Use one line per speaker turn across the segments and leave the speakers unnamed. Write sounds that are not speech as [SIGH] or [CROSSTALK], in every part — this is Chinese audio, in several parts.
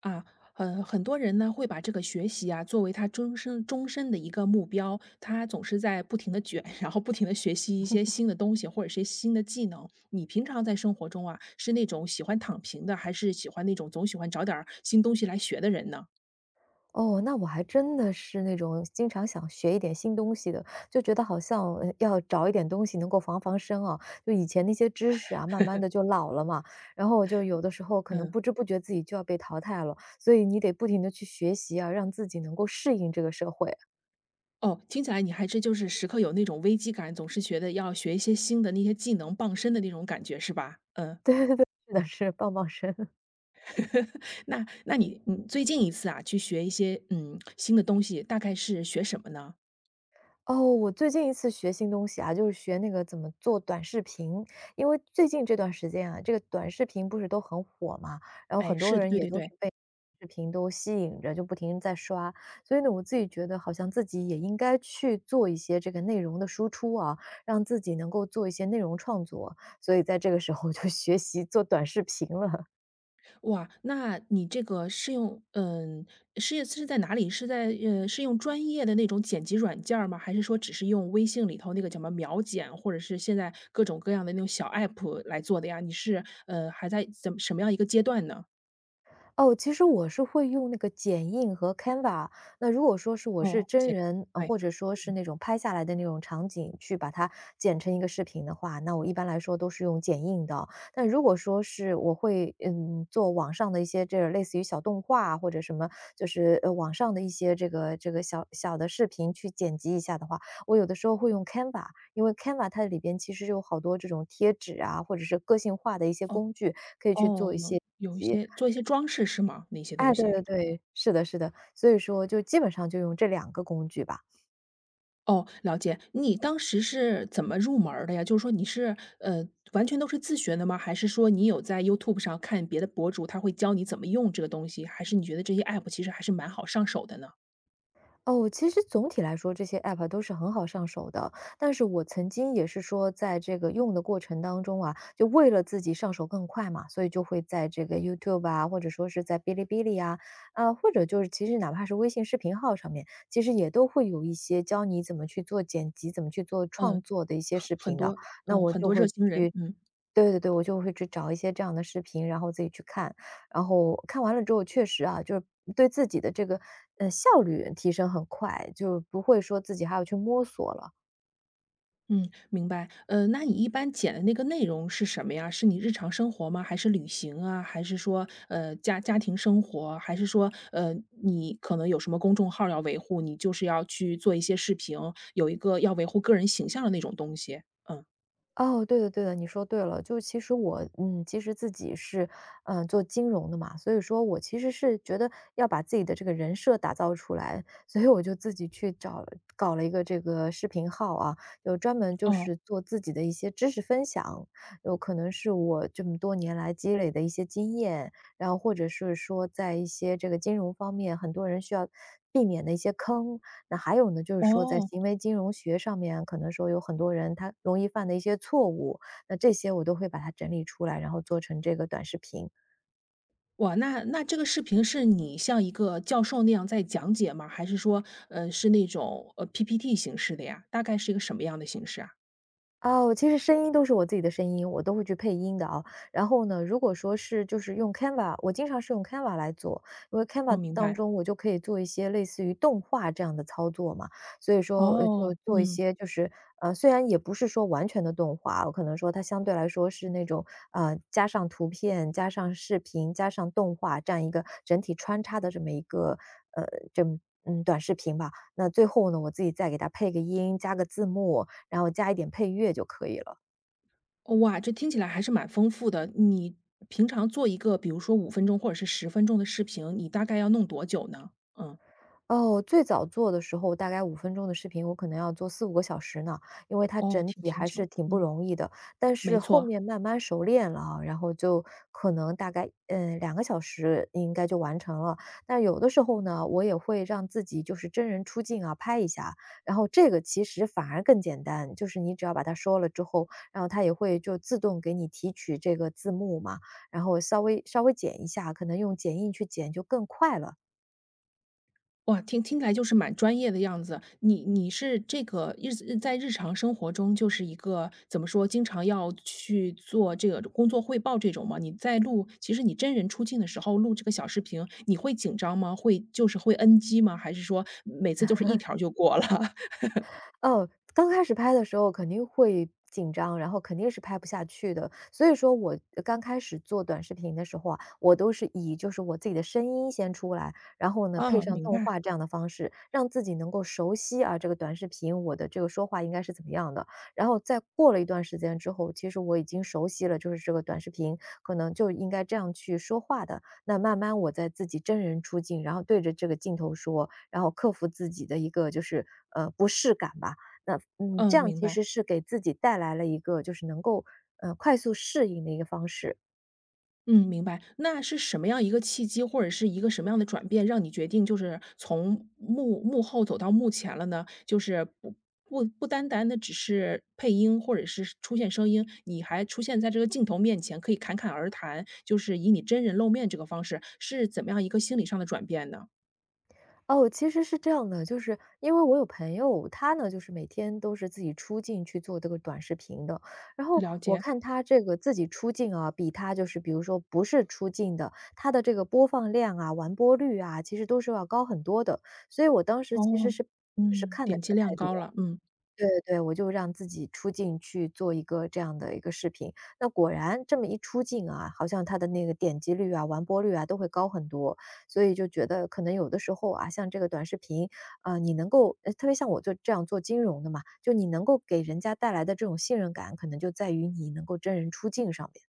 啊，很多人呢会把这个学习啊作为他终身的一个目标，他总是在不停的卷，[LAUGHS] 然后不停的学习一些新的东西或者是新的技能。你平常在生活中啊，是那种喜欢躺平的，还是喜欢那种总喜欢找点儿新东西来学的人呢？
哦，那我还真的是那种经常想学一点新东西的，就觉得好像要找一点东西能够防身啊。就以前那些知识啊，慢慢的就老了嘛，然后我就有的时候可能
嗯。
不知不觉自己就要被淘汰了，所以你得不停的去学习啊，让自己能够适应这个社会啊。
哦，听起来你还是就是时刻有那种危机感，总是觉得要学一些新的那些技能傍身的那种感觉是吧？嗯。
是的，是 [LAUGHS] 棒棒身。
那你最近一次啊去学一些新的东西，大概是学什么呢？
哦，我最近一次学新东西啊，就是学那个怎么做短视频。因为最近这段时间啊，这个短视频不是都很火嘛，然后
哎，
很多
是的，
人
对
也
对
都是
对。
被视频都吸引着，就不停地在刷。所以呢，我自己觉得好像自己也应该去做一些这个内容的输出啊，让自己能够做一些内容创作。所以在这个时候就 [LAUGHS] 学习做短视频了。
哇，那你这个是用是在哪里？是在是用专业的那种剪辑软件儿吗？还是说只是用微信里头那个叫什么秒剪，或者是现在各种各样的那种小 app 来做的呀？你是还在怎么什么样一个阶段呢？
哦，其实我是会用那个剪映和 Canva。那如果说是我是
哦，
真
剪，
人，
对。
或者说是那种拍下来的那种场景，去把它剪成一个视频的话，那我一般来说都是用剪映的。但如果说是我会，嗯，做网上的一些这类似于小动画啊或者什么，就是网上的一些这个小小的视频去剪辑一下的话，我有的时候会用 Canva,因为 Canva 它里边其实有好多这种贴纸啊，或者是个性化的一些
哦
工具，可以去
哦，
做一
有
些。
有一些做一些装饰是吗？那些东
哎，对
西？
对对，是的是的，所以说就基本上就用这两个工具吧。
哦，了解。你当时是怎么入门儿的呀？就是说你是，完全都是自学的吗？还是说你有在 YouTube 上看别的博主，他会教你怎么用这个东西？还是你觉得这些 App 其实还是蛮好上手的呢？
哦，其实总体来说这些 App 都是很好上手的，但是我曾经也是说在这个用的过程当中啊，就为了自己上手更快嘛，所以就会在这个 YouTube 啊，或者说是在哔哩哔哩啊，啊，或者就是其实哪怕是微信视频号上面，其实也都会有一些教你怎么去做剪辑，怎么去做创
嗯，
作的一些
很
视
很
频的，
多。
那我
很
就
多热
会
心人，
去
嗯。
对对对，我就会去找一些这样的视频，然后自己去看。然后看完了之后，确实啊，就是对自己的这个，效率提升很快，就不会说自己还要去摸索了。
嗯，明白。那你一般剪的那个内容是什么呀？是你日常生活吗？还是旅行啊？还是说，家庭生活？还是说，你可能有什么公众号要维护，你就是要去做一些视频，有一个要维护个人形象的那种东西？嗯。
哦，对的对的，你说对了。就其实我，嗯，其实自己是，嗯，做金融的嘛，所以说我其实是觉得要把自己的这个人设打造出来，所以我就自己去找了搞了一个这个视频号啊，有专门就
哦。
是做自己的一些知识分享，有可能是我这么多年来积累的一些经验，然后或者是说在一些这个金融方面，很多人需要避免的一些坑，那还有呢，就是说在
哦。
行为金融学上面啊，可能说有很多人他容易犯的一些错误，那这些我都会把它整理出来，然后做成这个短视频。
哇，那这个视频是你像一个教授那样在讲解吗？还是说，是那种，PPT 形式的呀？大概是一个什么样的形式啊？
哦，其实声音都是我自己的声音，我都会去配音的啊。然后呢，如果说是就是用 Canva,我经常是用 Canva 来做，因为
哦，
Canva
明
当
白。
中我就可以做一些类似于动画这样的操作嘛。所以说，就
哦，
做一
嗯。
些就是虽然也不是说完全的动画，我可能说它相对来说是那种加上图片、加上视频、加上动画这样一个整体穿插的这么一个呃，这么嗯短视频吧。那最后呢，我自己再给它配个音，加个字幕，然后加一点配乐就可以了。
哇，这听起来还是蛮丰富的。你平常做一个，比如说5分钟或者是10分钟的视频，你大概要弄多久呢？嗯。
哦，最早做的时候，大概5分钟的视频，我可能要做四五个小时呢，因为它
哦，
整
挺
体
挺
还是
久，
挺不
嗯，
容易的。但是
没
后
错。
面慢慢熟练了啊，然后就可能大概，嗯2个小时应该就完成了。但有的时候呢，我也会让自己就是真人出镜啊，拍一下，然后这个其实反而更简单，就是你只要把它说了之后，然后它也会就自动给你提取这个字幕嘛，然后稍微剪一下，可能用剪映去剪就更快了。
哇，听起来就是蛮专业的样子。你是这个在日常生活中就是一个怎么说，经常要去做这个工作汇报这种吗？你在录其实你真人出镜的时候录这个小视频，你会紧张吗？会 NG 吗？还是说每次都是一条就过了？[LAUGHS]
哦，刚开始拍的时候肯定会紧张，然后肯定是拍不下去的。所以说我刚开始做短视频的时候啊，我都是以就是我自己的声音先出来，然后呢配
啊，
上
明
动
白。
画这样的方式，让自己能够熟悉啊这个短视频我的这个说话应该是怎么样的。然后再过了一段时间之后，其实我已经熟悉了，就是这个短视频可能就应该这样去说话的。那慢慢我在自己真人出镜，然后对着这个镜头说，然后克服自己的一个就是，不适感吧。那嗯，这
嗯，
样
明
其
白。
实是给自己带来了一个就是能够，快速适应的一个方式。
嗯，明白。那是什么样一个契机，或者是一个什么样的转变，让你决定就是从幕后走到幕前了呢？就是不单单的只是配音或者是出现声音，你还出现在这个镜头面前，可以侃侃而谈，就是以你真人露面这个方式，是怎么样一个心理上的转变呢？
哦，其实是这样的，就是因为我有朋友，他呢就是每天都是自己出镜去做这个短视频的。然后
了
我
解。
看他这个自己出镜啊，比他就是比如说不是出镜的，他的这个播放量啊、完播率啊，其实都是要高很多的。所以我当时其实
哦，
是就是
嗯，
看的
点
这
击
个态
量
度。
高了，嗯。
对对，对，我就让自己出镜去做一个这样的一个视频。那果然这么一出镜啊，好像它的那个点击率啊、完播率啊都会高很多，所以就觉得可能有的时候啊，像这个短视频，你能够，特别像我就这样做金融的嘛，就你能够给人家带来的这种信任感，可能就在于你能够真人出镜上面。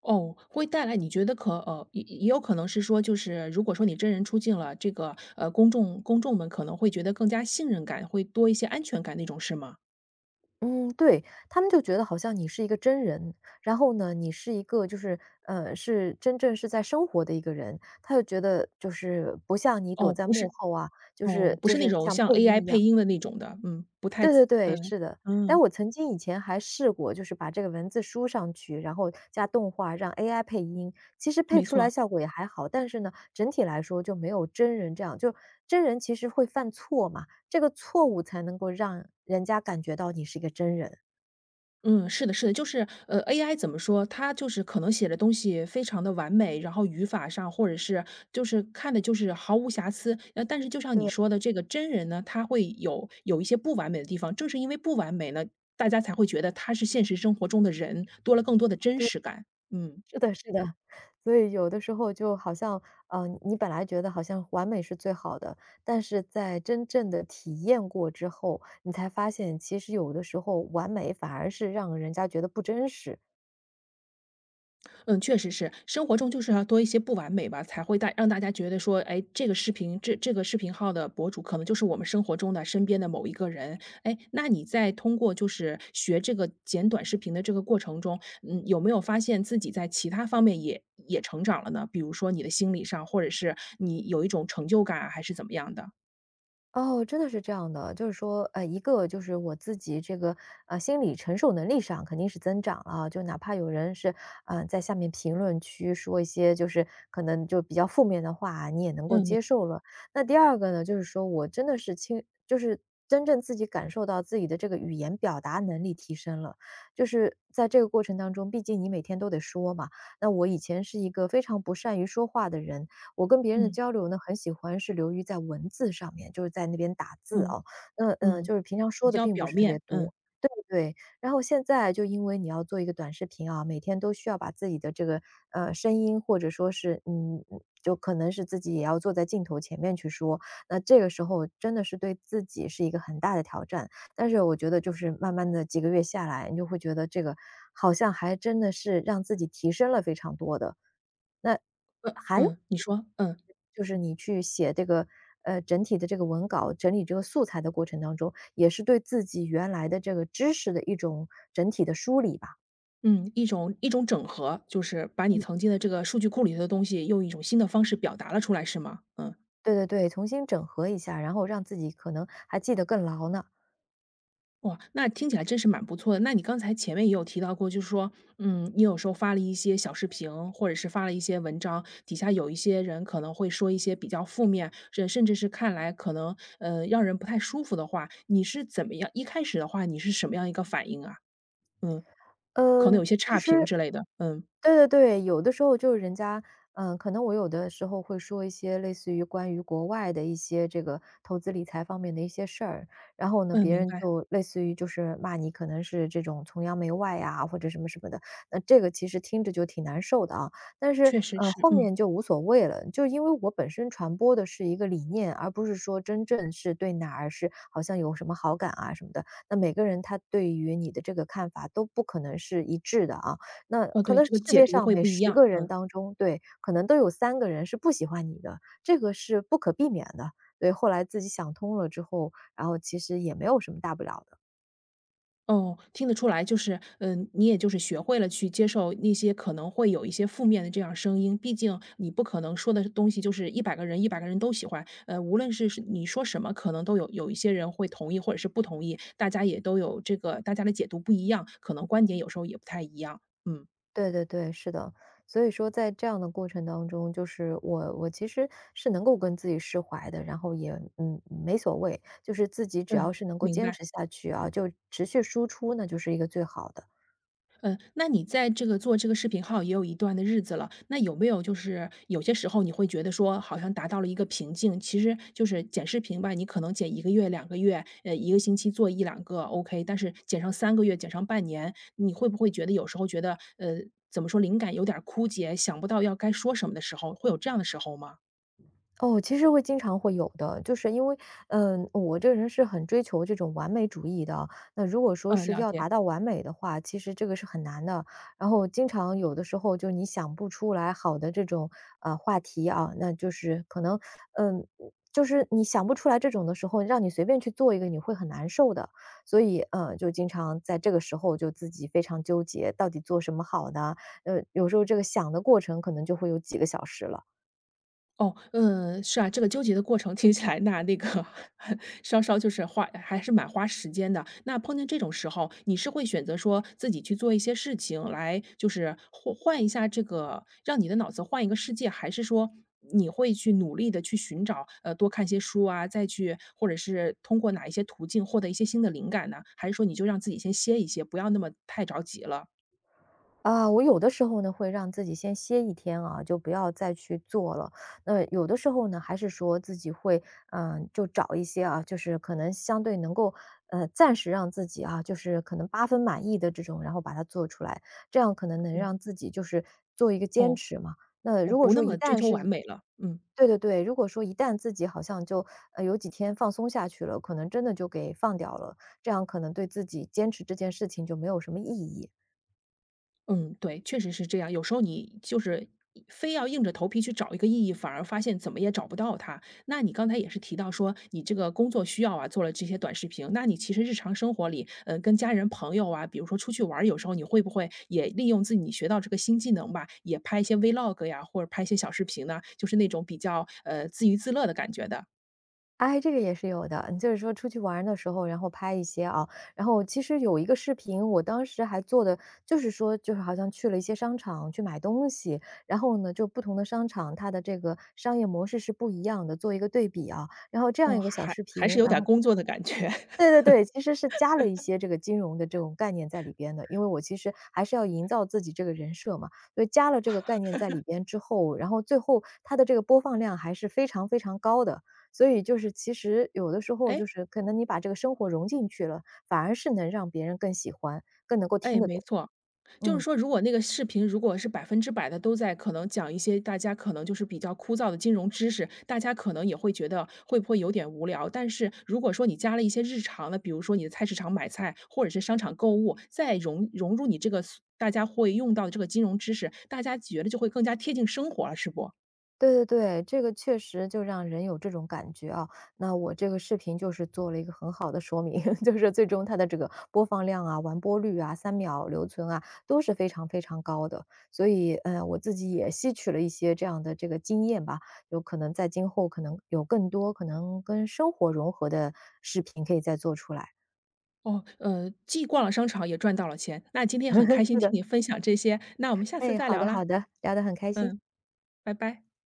哦，会带来你觉得也有可能是说，就是如果说你真人出镜了，这个，公众们可能会觉得更加信任感，会多一些安全感那种是吗？
嗯，对，他们就觉得好像你是一个真人，然后呢，你是一个就是，是真正是在生活的一个人，他就觉得就是不像你躲
哦，
在
不
幕
是。
后啊，就是
哦，不
就
是那
是
种
像
像
配
AI
音一
配
样。
音的那种的，嗯，不太。
对对对，
嗯，
是的。但
嗯，
我曾经以前还试过，就是把这个文字输上去，然后加动画让 AI 配音，其实配
没
出来
错。
效果也还好，但是呢，整体来说就没有真人这样，就真人其实会犯错嘛，这个错误才能够让人家感觉到你是一个真人。
嗯，是的，是的，就是AI 怎么说，它就是可能写的东西非常的完美，然后语法上或者是就是看的就是毫无瑕疵。但是就像你
对。
说的，这个真人呢，他会有一些不完美的地方，正是因为不完美呢，大家才会觉得他是现实生活中的人，多了更多的真
对，
实感。嗯。
是的是的。所以有的时候就好像，你本来觉得好像完美是最好的，但是在真正的体验过之后，你才发现其实有的时候完美反而是让人家觉得不真实。
嗯，确实是，生活中就是要多一些不完美吧，才会让大家觉得说，哎，这个视频这这个视频号的博主可能就是我们生活中的身边的某一个人。哎，那你在通过就是学这个剪短视频的这个过程中，嗯，有没有发现自己在其他方面也成长了呢？比如说你的心理上，或者是你有一种成就感啊还是怎么样的？
哦，真的是这样的，就是说，一个就是我自己这个心理承受能力上肯定是增长了啊，就哪怕有人是在下面评论区说一些就是可能就比较负面的话，你也能够接受了。那第二个呢，就是说我真的是就是真正自己感受到自己的这个语言表达能力提升了，就是在这个过程当中，毕竟你每天都得说嘛。那我以前是一个非常不善于说话的人，我跟别人的
嗯
交流呢，很喜欢是流于在文字上面，就是在那边打字
嗯
哦。那嗯，
嗯。
就是平常
比
说的
较
并不
表
是特别
面，嗯
多。对不对，然后现在就因为你要做一个短视频啊，每天都需要把自己的这个声音，或者说是就可能是自己也要坐在镜头前面去说，那这个时候真的是对自己是一个很大的挑战。但是我觉得就是慢慢的几个月下来，你就会觉得这个好像还真的是让自己提升了非常多的。那
呃
还有
嗯，你
一方
说，嗯。
面就是你去写这个，整体的这个文稿，整理这个素材的过程当中，也是对自己原来的这个知识的一种整体的梳理吧。
嗯，一种整合，就是把你曾经的这个数据库里头的东西，用一种新的方式表达了出来，是吗？嗯。
对对对，重新整合一下，然后让自己可能还记得更牢呢。
哇，那听起来真是蛮不错的。那你刚才前面也有提到过，就是说，嗯，你有时候发了一些小视频，或者是发了一些文章，底下有一些人可能会说一些比较负面，甚至是看来可能让人不太舒服的话，你是怎么样？一开始的话，你是什么样一个反应啊？嗯，可能
嗯，
有些
其
差评
实
之类的。嗯。
对对对，有的时候就是人家，可能我有的时候会说一些类似于关于国外的一些这个投资理财方面的一些事儿，然后呢，
嗯，
别
明
人
白。
就类似于就是骂你可能是这种崇洋媚外呀，或者什么什么的，那这个其实听着就挺难受的啊。但是
确实是。
后
嗯。
面就无所谓了，就因为我本身传播的是一个理念，而不是说真正是对哪儿是好像有什么好感啊什么的。那每个人他对于你的这个看法都不可能是一致的啊，那
哦，
可
对，
能
这个
世
解
界
读
上
会
每
不一
十
样。
个人
嗯。
当中对，可能都有3个人是不喜欢你的，这个是不可避免的。对，后来自己想通了之后，然后其实也没有什么大不了的。
哦，听得出来，就是，嗯，你也就是学会了去接受那些可能会有一些负面的这样声音，毕竟你不可能说的东西就是一百个人都喜欢，无论是你说什么，可能都有一些人会同意或者是不同意，大家也都有这个大家的解读不一样，可能观点有时候也不太一样，嗯。
对对对，是的。所以说在这样的过程当中，就是我其实是能够跟自己释怀的，然后也，没所谓，就是自己只要
嗯，
是能够
明
坚
白。
持下去啊，就持续输出，那就是一个最好的。
嗯，那你在这个做这个视频号也有一段的日子了，那有没有就是有些时候你会觉得说好像达到了一个瓶颈，其实就是剪视频吧，你可能剪1个月、2个月，1个星期做一两个 OK，但是剪上3个月、剪上半年，你会不会觉得有时候觉得，怎么说灵感有点儿枯竭，想不到要该说什么的时候，会有这样的时候吗？
哦，其实会经常会有的，就是因为，我这个人是很追求这种完美主义的。那如果说
嗯，
是
了
要
解。
达到完美的话，其实这个是很难的。然后经常有的时候就你想不出来好的这种话题啊，那就是可能，嗯，就是你想不出来这种的时候，让你随便去做一个，你会很难受的。所以，就经常在这个时候就自己非常纠结，到底做什么好呢？有时候这个想的过程可能就会有几个小时了。
哦，嗯，是啊，这个纠结的过程听起来那个 [LAUGHS] 稍稍就是花，还是蛮花时间的。那碰见这种时候，你是会选择说自己去做一些事情来，就是换换一下这个，让你的脑子换一个世界，还是说你会去努力的去寻找，多看些书啊，再去或者是通过哪一些途径获得一些新的灵感呢？还是说你就让自己先歇一歇，不要那么太着急了？
啊，我有的时候呢，会让自己先歇一天啊，就不要再去做了。那有的时候呢，还是说自己会，就找一些啊，就是可能相对能够，暂时让自己啊，就是可能八分满意的这种，然后把它做出来，这样可能能
嗯。
让自己就是做一个坚
哦，
持嘛。那
我
如果
不
说
那
一
么追
旦
求完
是
美了，嗯。
对对对，如果说一旦自己好像就有几天放松下去了，可能真的就给放掉了，这样可能对自己坚持这件事情就没有什么意义。
嗯，对，确实是这样。有时候你就是非要硬着头皮去找一个意义，反而发现怎么也找不到它。那你刚才也是提到说，你这个工作需要啊，做了这些短视频。那你其实日常生活里，嗯，跟家人朋友啊，比如说出去玩儿，有时候你会不会也利用自己学到这个新技能吧，也拍一些 vlog 呀，或者拍一些小视频呢？就是那种比较自娱自乐的感觉的。
哎，这个也是有的。就是说出去玩儿的时候，然后拍一些啊，然后其实有一个视频，我当时还做的就是说，就是好像去了一些商场去买东西，然后呢，就不同的商场它的这个商业模式是不一样的，做一个对比啊。然后这样
哦，
一个小
还
视
还是
频，
有
然
点
后
工作的感觉。
对
[LAUGHS]
对对，其实是加了一些这个金融的这种概念在里边的，因为我其实还是要营造自己这个人设嘛，所以加了这个概念在里边之后，然后最后它的这个播放量还是非常非常高的。所以就是其实有的时候
哎
就是可能你把这个生活融进去了，反而是能让别人更喜欢，更能够听
哎，
得
没
懂。
错。就是
嗯。
说，如果那个视频如果是100%的都在可能讲一些大家可能就是比较枯燥的金融知识，大家可能也会觉得会不会有点无聊。但是如果说你加了一些日常的，比如说你的菜市场买菜，或者是商场购物，再融入你这个大家会用到的这个金融知识，大家觉得就会更加贴近生活了，是不？
对对对，这个确实就让人有这种感觉啊。那我这个视频就是做了一个很好的说明，[LAUGHS] 就是最终它的这个播放量啊、完播率啊、3秒留存啊都是非常非常高的。所以，我自己也吸取了一些这样的这个经验吧，有可能在今后可能有更多可能跟生活融合的视频可以再做出来。
哦，既逛了商场也赚到了钱，那今天很开
[LAUGHS]
心
是
听
的，
你分享这些，那我们下次
哎，
再
好
聊
的
啦。
好的，聊得很开心。
嗯，拜拜。